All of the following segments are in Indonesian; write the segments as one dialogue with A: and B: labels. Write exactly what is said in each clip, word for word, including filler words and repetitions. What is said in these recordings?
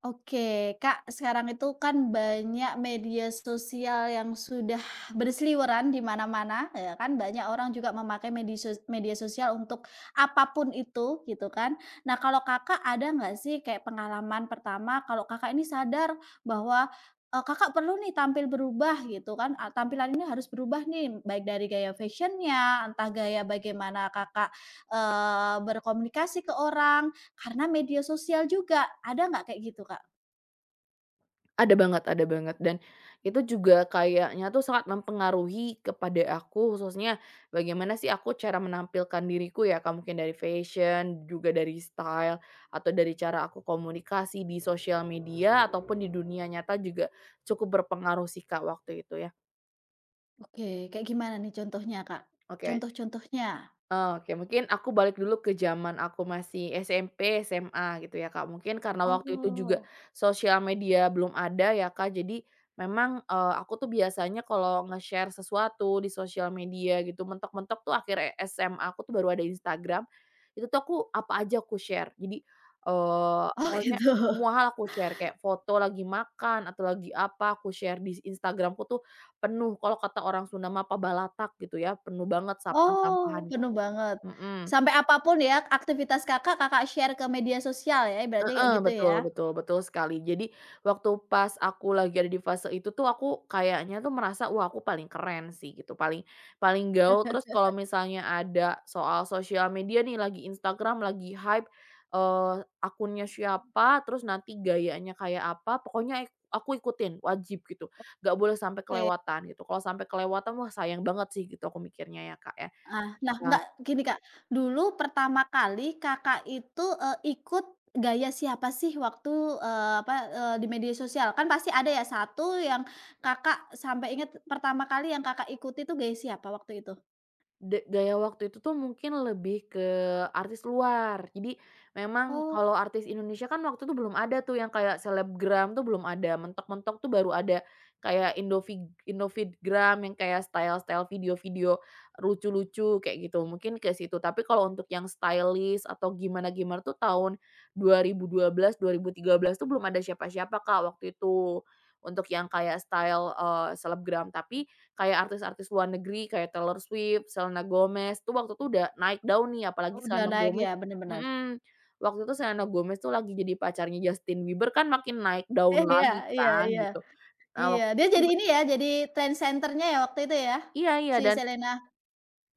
A: Oke, Kak, sekarang itu kan banyak media sosial yang sudah berseliweran di mana-mana, ya kan? Banyak orang juga memakai media sos- media sosial untuk apapun itu, gitu kan? Nah, kalau Kakak ada nggak sih kayak pengalaman pertama kalau Kakak ini sadar bahwa eh, Kakak perlu nih tampil berubah gitu kan? Ah, tampilan ini harus berubah nih, baik dari gaya fashionnya, entah gaya bagaimana Kakak eh, berkomunikasi ke orang, karena media sosial juga, ada nggak kayak gitu, Kak?
B: Ada banget, ada banget, dan itu juga kayaknya tuh sangat mempengaruhi kepada aku khususnya bagaimana sih aku cara menampilkan diriku ya Kak, mungkin dari fashion, juga dari style, atau dari cara aku komunikasi di sosial media ataupun di dunia nyata juga cukup berpengaruh sih Kak, waktu itu ya.
A: Oke, kayak gimana nih contohnya, Kak?
B: Oke.
A: Contoh-contohnya?
B: Oke, mungkin aku balik dulu ke zaman aku masih S M P, S M A gitu ya, Kak. Mungkin karena waktu itu juga
A: Oh.
B: sosial media belum ada ya, Kak. Jadi memang, eee, aku tuh biasanya kalau nge-share sesuatu di sosial media gitu, mentok-mentok tuh akhir S M A aku tuh baru ada Instagram, itu tuh aku apa aja aku share. Jadi, eee,
A: Oh
B: pokoknya
A: gitu.
B: semua hal aku share, kayak foto lagi makan atau lagi apa, aku share di Instagramku tuh penuh, kalau kata orang Sunda mah apa balatak gitu ya, penuh banget sampah-sampahan
A: Oh, penuh
B: gitu.
A: banget.
B: Mhm,
A: Sampai apapun ya aktivitas Kakak, Kakak share ke media sosial ya, ibaratnya kayak
B: heeh,
A: gitu
B: betul
A: ya?
B: betul betul sekali. Jadi waktu pas aku lagi ada di fase itu tuh aku kayaknya tuh merasa, "Wah, aku paling keren sih," gitu, paling paling gaul. Terus kalau misalnya ada soal sosial media nih, lagi Instagram lagi hype, eee, akunnya siapa, terus nanti gayanya kayak apa, pokoknya ik aku ikutin, wajib gitu. Nggak boleh sampai
A: Oke.
B: kelewatan gitu, kalau sampai kelewatan, wah sayang banget sih gitu aku mikirnya ya, Kak, ya.
A: Ah, nah
B: Nah,
A: nggak gini Kak, dulu pertama kali Kakak itu, eee, ikut gaya siapa sih waktu, eee, apa, eee, di media sosial? Kan pasti ada ya satu yang Kakak sampai inget pertama kali yang Kakak ikuti tuh gaya siapa waktu itu?
B: da gaya waktu itu tuh mungkin lebih ke artis luar. Jadi memang
A: Oh.
B: kalau artis Indonesia kan waktu itu belum ada tuh yang kayak selebgram tuh belum ada, mentok-mentok tuh baru ada kayak Indofig Indofitgram yang kayak style-style video-video lucu-lucu kayak gitu, mungkin ke situ. Tapi kalau untuk yang stylist atau gimana-gimana tuh tahun dua ribu dua belas, dua ribu ribu belas tiga belas tuh belum ada siapa-siapa Kak waktu itu, untuk yang kayak style, eee, selebgram. Tapi kayak artis-artis luar negeri kayak Taylor Swift, Selena Gomez tuh waktu itu udah naik daun nih, apalagi
A: Udah
B: Selena
A: naik ya,
B: Gomez.
A: bener bener.
B: Mhm, waktu itu Selena Gomez tuh lagi jadi pacarnya Justin Bieber kan makin naik daun
A: Iya,
B: lagi
A: iya,
B: kan
A: iya,
B: gitu. Nah
A: iya,
B: waktu
A: dia
B: itu
A: jadi
B: ber
A: ini ya, jadi trendsetternya ya waktu itu ya,
B: Iya iya,
A: si
B: dan
A: Selena?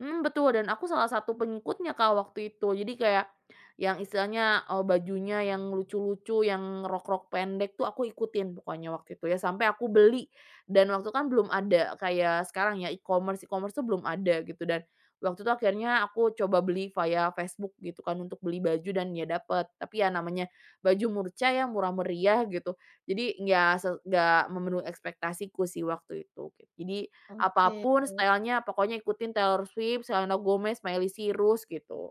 B: hmm, betul, dan aku salah satu pengikutnya, Kak, waktu itu. Jadi kayak yang istilahnya, eee, bajunya yang lucu-lucu, yang rok-rok pendek tuh aku ikutin pokoknya waktu itu ya, sampai aku beli, dan waktu kan belum ada kayak sekarang ya e-commerce e-commerce tuh belum ada gitu. Dan waktu itu akhirnya aku coba beli via Facebook gitu kan untuk beli baju, dan ya dapet. Tapi ya namanya baju murca ya murah meriah gitu, jadi nggak se nggak memenuhi ekspektasiku sih waktu itu, gitu. Jadi
A: Oke.
B: apapun stylenya, pokoknya ikutin Taylor Swift, Selena Gomez, Miley Cyrus gitu.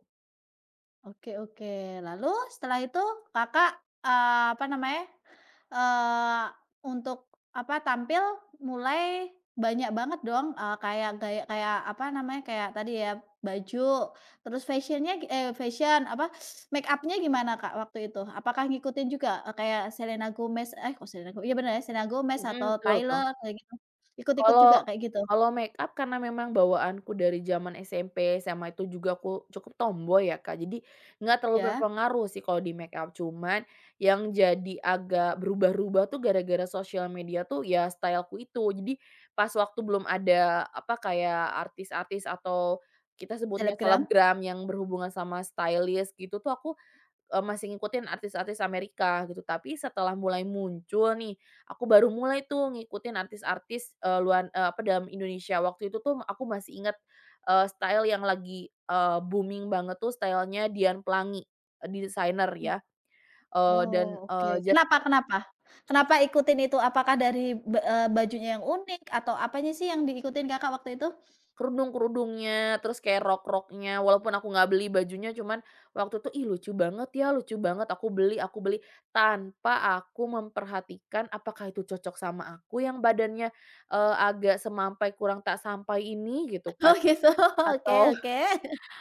A: Oke, oke. Lalu setelah itu Kakak, eee, apa namanya, eee, untuk apa, tampil mulai banyak banget dong, eee, kayak gaya kayak apa namanya, kayak tadi ya baju, terus fashionnya nya eh, fashion apa, make upnya gimana Kak waktu itu? Apakah ngikutin juga, eee, kayak Selena Gomez eh, kok Selena Gomez? Iya bener ya, Selena Gomez atau
B: Mhm, betul betul.
A: Taylor kayak gitu? Ikut-ikut juga
B: Kalau
A: kayak gitu?
B: kalau makeup karena memang bawaanku dari zaman S M P, S M A itu juga aku cukup tomboy ya, Kak, jadi nggak terlalu
A: Ya,
B: berpengaruh sih kalau di makeup, cuman yang jadi agak berubah-ubah tuh gara-gara sosial media tuh ya style-ku itu. Jadi pas waktu belum ada apa, kayak artis-artis atau kita sebutnya
A: selebgram?
B: selebgram yang berhubungan sama stylist gitu tuh aku Eee, masih ngikutin artis-artis Amerika gitu, tapi setelah mulai muncul nih, aku baru mulai tuh ngikutin artis-artis, eee, luar eee, apa, dalam Indonesia. Waktu itu tuh aku masih ingat eee, style yang lagi, eee, booming banget tuh stylenya Dian Pelangi, eee, desainer ya, eee, dan,
A: Oh, oke.
B: eee, ja
A: Kenapa, kenapa? Kenapa ikutin itu? Apakah dari ba eee, bajunya yang unik atau apanya sih yang diikutin Kakak waktu itu?
B: kerudung-kerudungnya, terus kayak rok-roknya, walaupun aku nggak beli bajunya, cuman waktu itu, "Ih, lucu banget ya, lucu banget, aku beli, aku beli," tanpa aku memperhatikan apakah itu cocok sama aku yang badannya, eee, agak semampai kurang tak sampai ini gitu
A: Oh
B: kan,
A: gitu, oke,
B: atau
A: oke.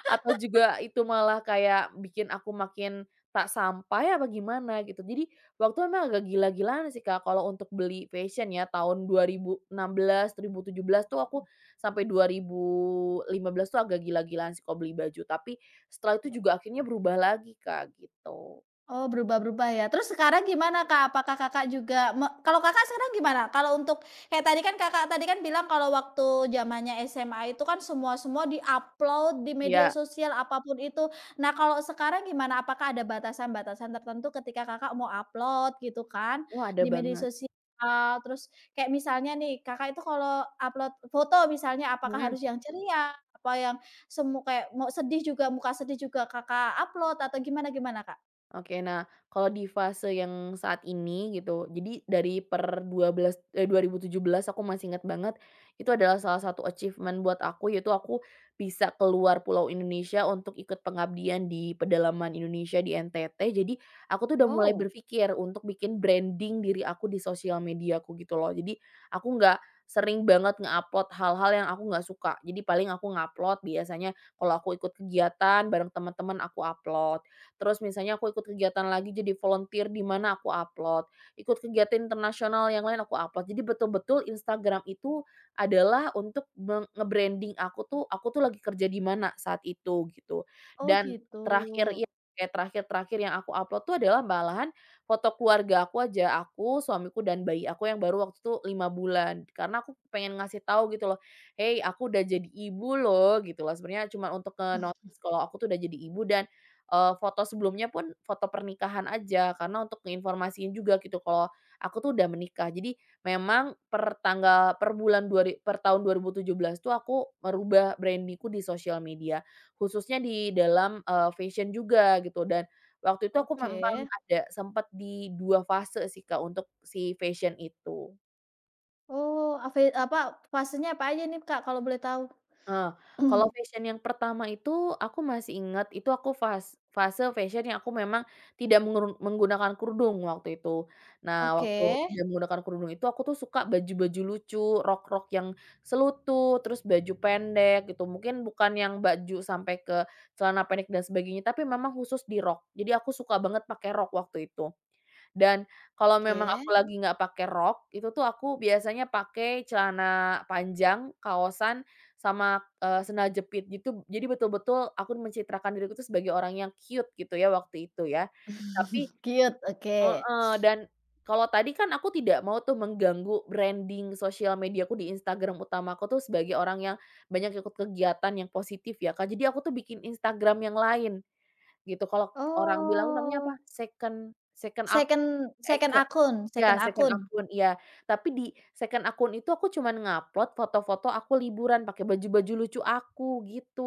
B: atau juga itu malah kayak bikin aku makin tak sampai apa gimana gitu. Jadi waktu memang agak gila-gilaan sih Kak kalau untuk beli fashion ya tahun dua ribu enam belas, dua ribu tujuh belas tuh aku sampai dua ribu lima belas tuh agak gila-gilaan sih kalau beli baju. Tapi setelah itu juga akhirnya berubah lagi Kak gitu.
A: Oh, berubah-berubah ya. Terus sekarang gimana, Kak? Apakah Kakak juga me kalau Kakak sekarang gimana? Kalau untuk kayak tadi kan Kakak tadi kan bilang kalau waktu zamannya S M A itu kan semua-semua di-upload di media
B: Ya,
A: sosial apapun itu. Nah, kalau sekarang gimana? Apakah ada batasan-batasan tertentu ketika Kakak mau upload gitu kan
B: wah ada
A: di media
B: banget.
A: sosial? Terus kayak misalnya nih, Kakak itu kalau upload foto misalnya apakah
B: Mhm.
A: harus yang ceria? Apa yang semu kayak mau sedih juga, muka sedih juga Kakak upload atau gimana gimana, Kak?
B: Oke, nah kalau di fase yang saat ini gitu, jadi dari per dua belas eh, dua ribu tujuh belas aku masih ingat banget, itu adalah salah satu achievement buat aku, yaitu aku bisa keluar pulau Indonesia untuk ikut pengabdian di pedalaman Indonesia di N T T. Jadi aku tuh udah mulai
A: Wow,
B: berpikir untuk bikin branding diri aku di sosial mediaku gitu loh. Jadi aku nggak sering banget nge-upload hal-hal yang aku nggak suka. Jadi paling aku nge-upload biasanya kalau aku ikut kegiatan bareng teman-teman aku upload. Terus misalnya aku ikut kegiatan lagi jadi volunteer di mana aku upload, ikut kegiatan internasional yang lain aku upload. Jadi betul-betul Instagram itu adalah untuk meng nge-branding aku tuh, aku tuh lagi kerja di mana saat itu gitu.
A: oh
B: Dan
A: gitu.
B: terakhir ya kayak terakhir-terakhir yang aku upload tuh adalah malahan foto keluarga aku aja, aku, suamiku, dan bayi aku yang baru waktu itu lima bulan. Karena aku pengen ngasih tahu gitu loh, "Hey, aku udah jadi ibu loh," gitu loh. Sebenarnya cuma untuk nge-notice kalau aku tuh udah jadi ibu, dan eee, foto sebelumnya pun foto pernikahan aja, karena untuk ngeinformasiin juga gitu kalau aku tuh udah menikah. Jadi memang per tanggal per bulan dua ri per tahun dua ribu tujuh belas tuh aku merubah branding di sosial media, khususnya di dalam, eee, fashion juga gitu, dan waktu itu aku memang
A: Oke.
B: ada sempat di dua fase sih Kak, untuk si fashion itu.
A: Oh, ave apa, fasenya apa aja nih, Kak, kalau boleh tahu?
B: Eee, kalau fashion yang pertama itu aku masih ingat, itu aku fas fase fashion yang aku memang tidak mengerun menggunakan kerudung waktu itu. Nah,
A: Oke,
B: waktu tidak menggunakan kerudung itu aku tuh suka baju-baju lucu, rok-rok yang selutut, terus baju pendek gitu. Mungkin bukan yang baju sampai ke celana pendek dan sebagainya, tapi memang khusus di rok. Jadi aku suka banget pakai rok waktu itu. Dan kalau memang aku
A: oke.
B: lagi nggak pakai rok, itu tuh aku biasanya pakai celana panjang, kaosan, sama, eee, sendal jepit gitu. Jadi betul-betul aku mencitrakan diriku tuh sebagai orang yang cute gitu ya waktu itu ya. Tapi
A: Cute, oke.
B: heeh, dan kalau tadi kan aku tidak mau tuh mengganggu branding sosial mediaku di Instagram utamaku tuh sebagai orang yang banyak ikut kegiatan yang positif ya, Kak. Jadi aku tuh bikin Instagram yang lain gitu. Kalau orang bilang namanya
A: Oh,
B: apa? Second second ak
A: second second akun
B: Ya,
A: second
B: second
A: akun?
B: akun, iya. Tapi di second akun itu aku cuman nge-upload foto-foto aku liburan pakai baju-baju lucu aku, gitu.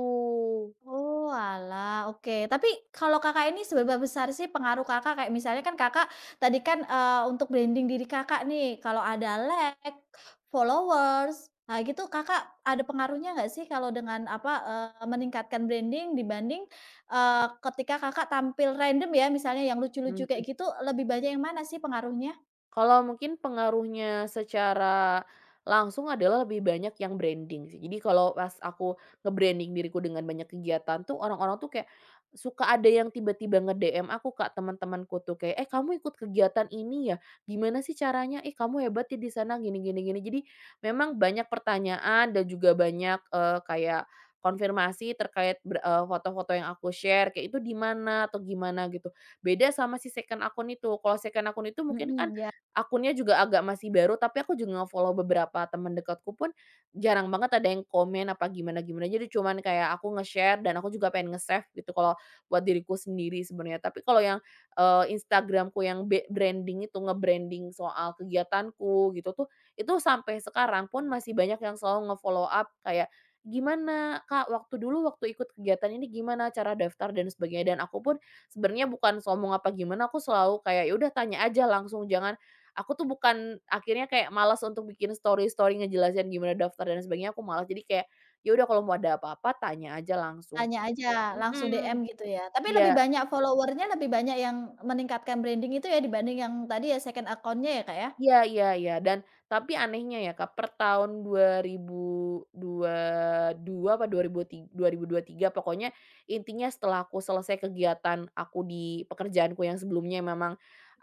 A: Oh, oalah, oke. Tapi kalau Kakak ini seberapa besar sih pengaruh Kakak, kayak misalnya kan Kakak tadi kan, eee, untuk branding diri Kakak nih, kalau ada like, followers, nah gitu Kakak ada pengaruhnya nggak sih kalau dengan apa, eee, meningkatkan branding dibanding, eee, ketika Kakak tampil random ya, misalnya yang lucu-lucu kayak gitu, lebih banyak yang mana sih pengaruhnya?
B: Kalau mungkin pengaruhnya secara langsung adalah lebih banyak yang branding sih. Jadi kalau pas aku nge-branding diriku dengan banyak kegiatan tuh orang-orang tuh kayak suka ada yang tiba-tiba nge-D M aku Kak, teman-temanku tuh kayak, "Eh, kamu ikut kegiatan ini ya? Gimana sih caranya? Eh, kamu hebat ya di sana gini gini gini." Jadi memang banyak pertanyaan dan juga banyak, eee, kayak konfirmasi terkait ber eee, foto-foto yang aku share kayak itu di mana atau gimana gitu. Beda sama si second akun itu. Kalau second akun itu mungkin kan
A: Mhm, ya.
B: akunnya juga agak masih baru, tapi aku juga nge-follow beberapa teman dekatku pun jarang banget ada yang komen apa gimana-gimana, jadi cuman kayak aku nge-share dan aku juga pengen nge-save gitu kalau buat diriku sendiri sebenarnya. Tapi kalau yang, eee, instagram yang be branding itu, nge-branding soal kegiatanku gitu tuh, itu sampai sekarang pun masih banyak yang selalu nge-follow up kayak, "Gimana Kak, waktu dulu waktu ikut kegiatan ini gimana cara daftar?" dan sebagainya. Dan aku pun sebenarnya bukan sombong apa gimana, aku selalu kayak, "Ya udah tanya aja langsung, jangan Aku tuh bukan akhirnya kayak malas untuk bikin story-story ngejelasin gimana daftar dan sebagainya, aku malas. Jadi kayak, ya udah kalau mau ada apa-apa tanya aja langsung
A: Tanya aja,
B: gitu."
A: langsung D M
B: Mhm.
A: gitu ya? Tapi lebih
B: Iya
A: banyak follower-nya, lebih banyak yang meningkatkan branding itu ya dibanding yang tadi ya second account-nya ya, Kak, ya?
B: iya iya iya. Dan tapi anehnya ya Kak, per tahun dua ribu dua puluh dua apa dua ribu tiga dua ribu dua puluh tiga pokoknya intinya setelah aku selesai kegiatan aku di pekerjaanku yang sebelumnya memang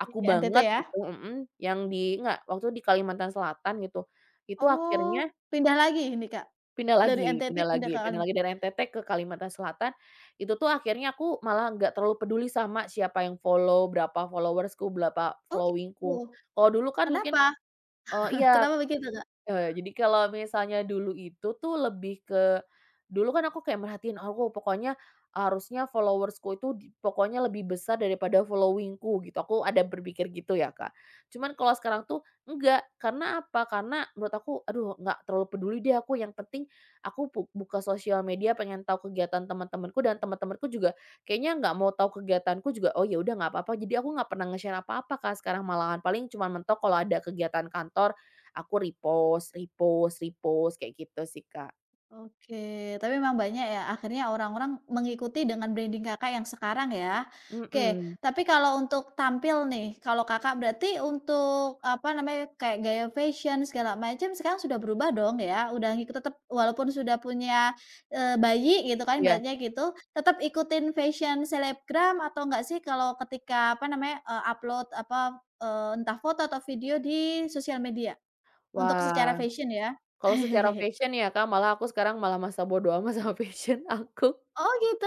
B: aku
A: Di N T T
B: banget
A: ya?
B: gitu, mhm, yang di enggak, waktu di Kalimantan Selatan gitu. Itu akhirnya
A: Oh, pindah lagi ini, Kak?
B: Pindah
A: Dari
B: lagi
A: N T T
B: pindah
A: pindah ke
B: lagi pindah lagi
A: Kalimantan?
B: dari N T T ke Kalimantan Selatan, itu tuh akhirnya aku malah nggak terlalu peduli sama siapa yang follow, berapa followersku, berapa
A: Oh gitu,
B: following-ku. Kalau dulu kan mungkin
A: kenapa?
B: eee, iya,
A: Kenapa begitu, Kak?
B: eee, jadi kalau misalnya dulu itu tuh lebih ke. Dulu kan aku kayak merhatiin, "Oh, aku pokoknya harusnya followersku itu di pokoknya lebih besar daripada followingku gitu, aku ada berpikir gitu ya, Kak." Cuman kalau sekarang tuh enggak, karena apa, karena menurut aku, aduh nggak terlalu peduli deh aku, yang penting aku bu buka sosial media pengen tahu kegiatan teman-temanku dan teman-temanku juga kayaknya nggak mau tahu kegiatanku juga, oh ya udah nggak apa-apa. Jadi aku nggak pernah nge-share apa-apa, Kak, sekarang malahan, paling cuma mentok kalau ada kegiatan kantor, aku repost repost repost kayak gitu sih, Kak.
A: Oke, tapi memang banyak ya, akhirnya orang-orang mengikuti dengan branding Kakak yang sekarang ya. Oke,
B: Mhm.
A: tapi kalau untuk tampil nih, kalau Kakak berarti untuk apa namanya, kayak gaya fashion segala macam sekarang sudah berubah dong ya, udah ngikut tetap walaupun sudah punya, eee, bayi gitu kan
B: Iya.
A: ibaratnya gitu, tetap ikutin fashion selebgram atau enggak sih kalau ketika apa namanya, eee, upload apa, eee, entah foto atau video di sosial media, untuk secara
B: Wah,
A: fashion ya?
B: kalau secara fashion ya, Kak, malah aku sekarang malah masa bodo amat sama fashion aku.
A: Oh gitu.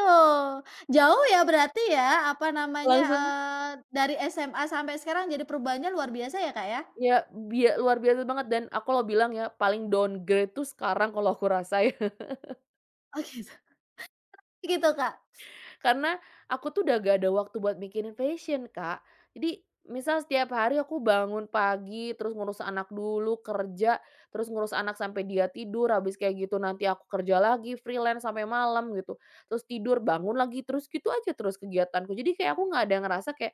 A: Jauh ya berarti ya, apa namanya,
B: Langsung
A: eee, dari S M A sampai sekarang jadi perubahannya luar biasa ya, Kak, ya?
B: ya bia luar biasa banget dan aku lo bilang ya, paling downgrade tuh sekarang kalau aku rasa ya.
A: Oh gitu. Gitu, Kak?
B: Karena aku tuh udah gak ada waktu buat mikirin fashion, Kak. Jadi misal setiap hari aku bangun pagi, terus ngurus anak dulu, kerja, terus ngurus anak sampai dia tidur, habis kayak gitu nanti aku kerja lagi, freelance sampai malam gitu. Terus tidur, bangun lagi, terus gitu aja terus kegiatanku. Jadi kayak aku nggak ada yang ngerasa kayak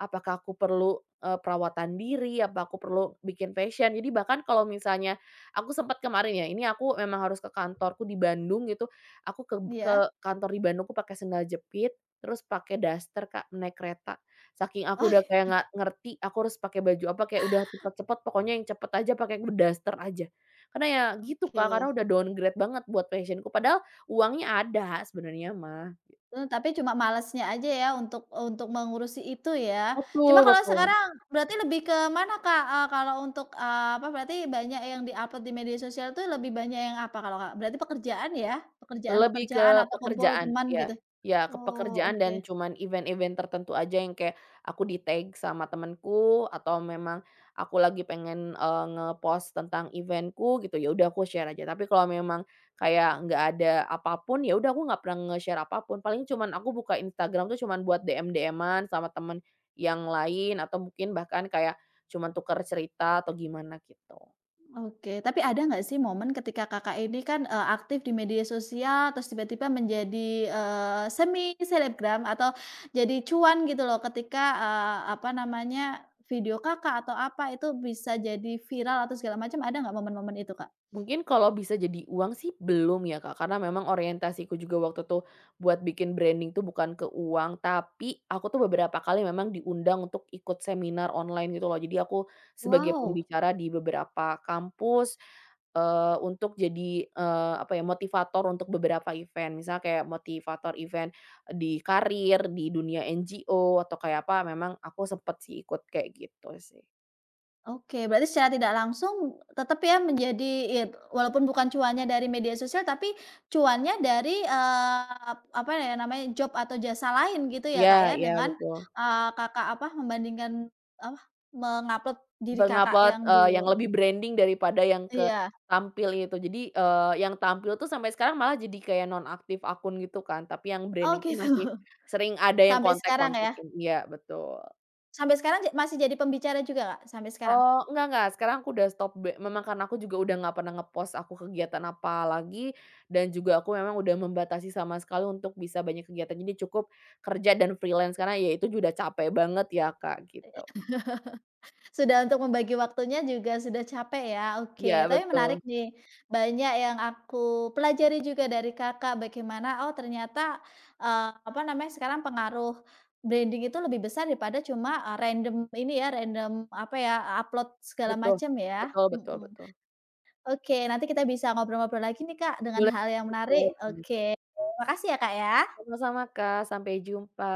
B: apakah aku perlu, eee, perawatan diri? Apa aku perlu bikin fashion? Jadi bahkan kalau misalnya aku sempat kemarin ya, ini aku memang harus ke kantorku di Bandung gitu, aku ke ke
A: Iya?
B: kantor di Bandung aku pakai sendal jepit, terus pakai daster Kak, naik kereta. Saking aku udah
A: Oke,
B: kayak nggak ngerti aku harus pakai baju apa, kayak udah cepet-cepet pokoknya yang cepet aja pakai daster aja. Karena ya gitu Kak,
A: oke.
B: karena udah downgrade banget buat fashion padahal uangnya ada sebenarnya mah.
A: Eee, tapi cuma malesnya aja ya untuk untuk mengurusi itu ya.
B: Betul
A: Cuma kalau
B: betul.
A: sekarang berarti lebih ke mana, Kak, eee, kalau untuk, eee, apa, berarti banyak yang di-upload di media sosial tuh lebih banyak yang apa kalau, Kak? Berarti pekerjaan ya?
B: Lebih ke
A: Pekerjaan-pekerjaan atau kumpul
B: pekerjaan,
A: teman
B: ya
A: gitu?
B: ya ke
A: Oh,
B: pekerjaan
A: oke.
B: dan cuman event-event tertentu aja yang kayak aku di-tag sama temenku atau memang aku lagi pengen, eee, nge tentang eventku gitu, ya udah aku share aja. Tapi kalau memang kayak nggak ada apapun ya udah aku nggak pernah nge-share apapun. Paling cuman aku buka Instagram tuh cuman buat D M-D M-an sama temen yang lain atau mungkin bahkan kayak cuman tuker cerita atau gimana gitu.
A: Oke, tapi ada nggak sih momen ketika Kakak ini kan, eee, aktif di media sosial, terus tiba-tiba menjadi, eee, semi selebgram atau jadi cuan gitu loh ketika, eee, apa namanya, video Kakak atau apa itu bisa jadi viral atau segala macam, ada nggak momen-momen itu, Kak?
B: Mungkin kalau bisa jadi uang sih belum ya, Kak, karena memang orientasiku juga waktu itu buat bikin branding tuh bukan ke uang, tapi aku tuh beberapa kali memang diundang untuk ikut seminar online gitu loh. Jadi aku sebagai
A: Wow!
B: pembicara di beberapa kampus, eee, untuk jadi, eee, apa ya, motivator untuk beberapa event. Misalnya kayak motivator event di karir, di dunia N G O, atau kayak apa, memang aku sempet sih ikut kayak gitu sih.
A: Oke, berarti secara tidak langsung tetap ya menjadi ya walaupun bukan cuannya dari media sosial, tapi cuannya dari, eee, apa ya namanya, job atau jasa lain gitu ya,
B: Iya
A: Kak, ya,
B: iya,
A: dengan,
B: betul.
A: eee, Kakak apa, membandingkan apa, mengupload diri Kakak
B: Mengupload,
A: yang
B: eee, yang
A: dulu.
B: lebih branding daripada yang ke
A: Iya.
B: tampil itu. Jadi, eee, yang tampil tuh sampai sekarang malah jadi kayak nonaktif akun gitu kan, tapi yang
A: Oh
B: branding tuh
A: gitu.
B: masih sering ada yang
A: Sampai sekarang ya?
B: kontak-kontakin. Iya, betul.
A: Sampai sekarang ja masih jadi pembicara juga, Kak, sampai sekarang?
B: Oh, enggak enggak, sekarang aku udah stop be memang karena aku juga udah nggak pernah nge-post aku kegiatan apa lagi, dan juga aku memang udah membatasi sama sekali untuk bisa banyak kegiatan. Jadi cukup kerja dan freelance, karena ya itu udah capek banget ya, Kak, gitu.
A: Sudah untuk membagi waktunya juga sudah capek ya,
B: Iya,
A: oke. Tapi menarik
B: betul.
A: nih, banyak yang aku pelajari juga dari Kakak, bagaimana, oh ternyata, eee, apa namanya, sekarang pengaruh branding itu lebih besar daripada cuma, eee, random ini ya, random apa ya, upload segala
B: Betul.
A: macam ya,
B: Betul betul
A: mhm.
B: betul.
A: Oke, nanti kita bisa ngobrol-ngobrol lagi nih Kak, dengan
B: Boleh
A: hal yang
B: boleh
A: menarik,
B: banget.
A: oke. Makasih ya Kak ya.
B: Sama-sama Kak, sampai jumpa.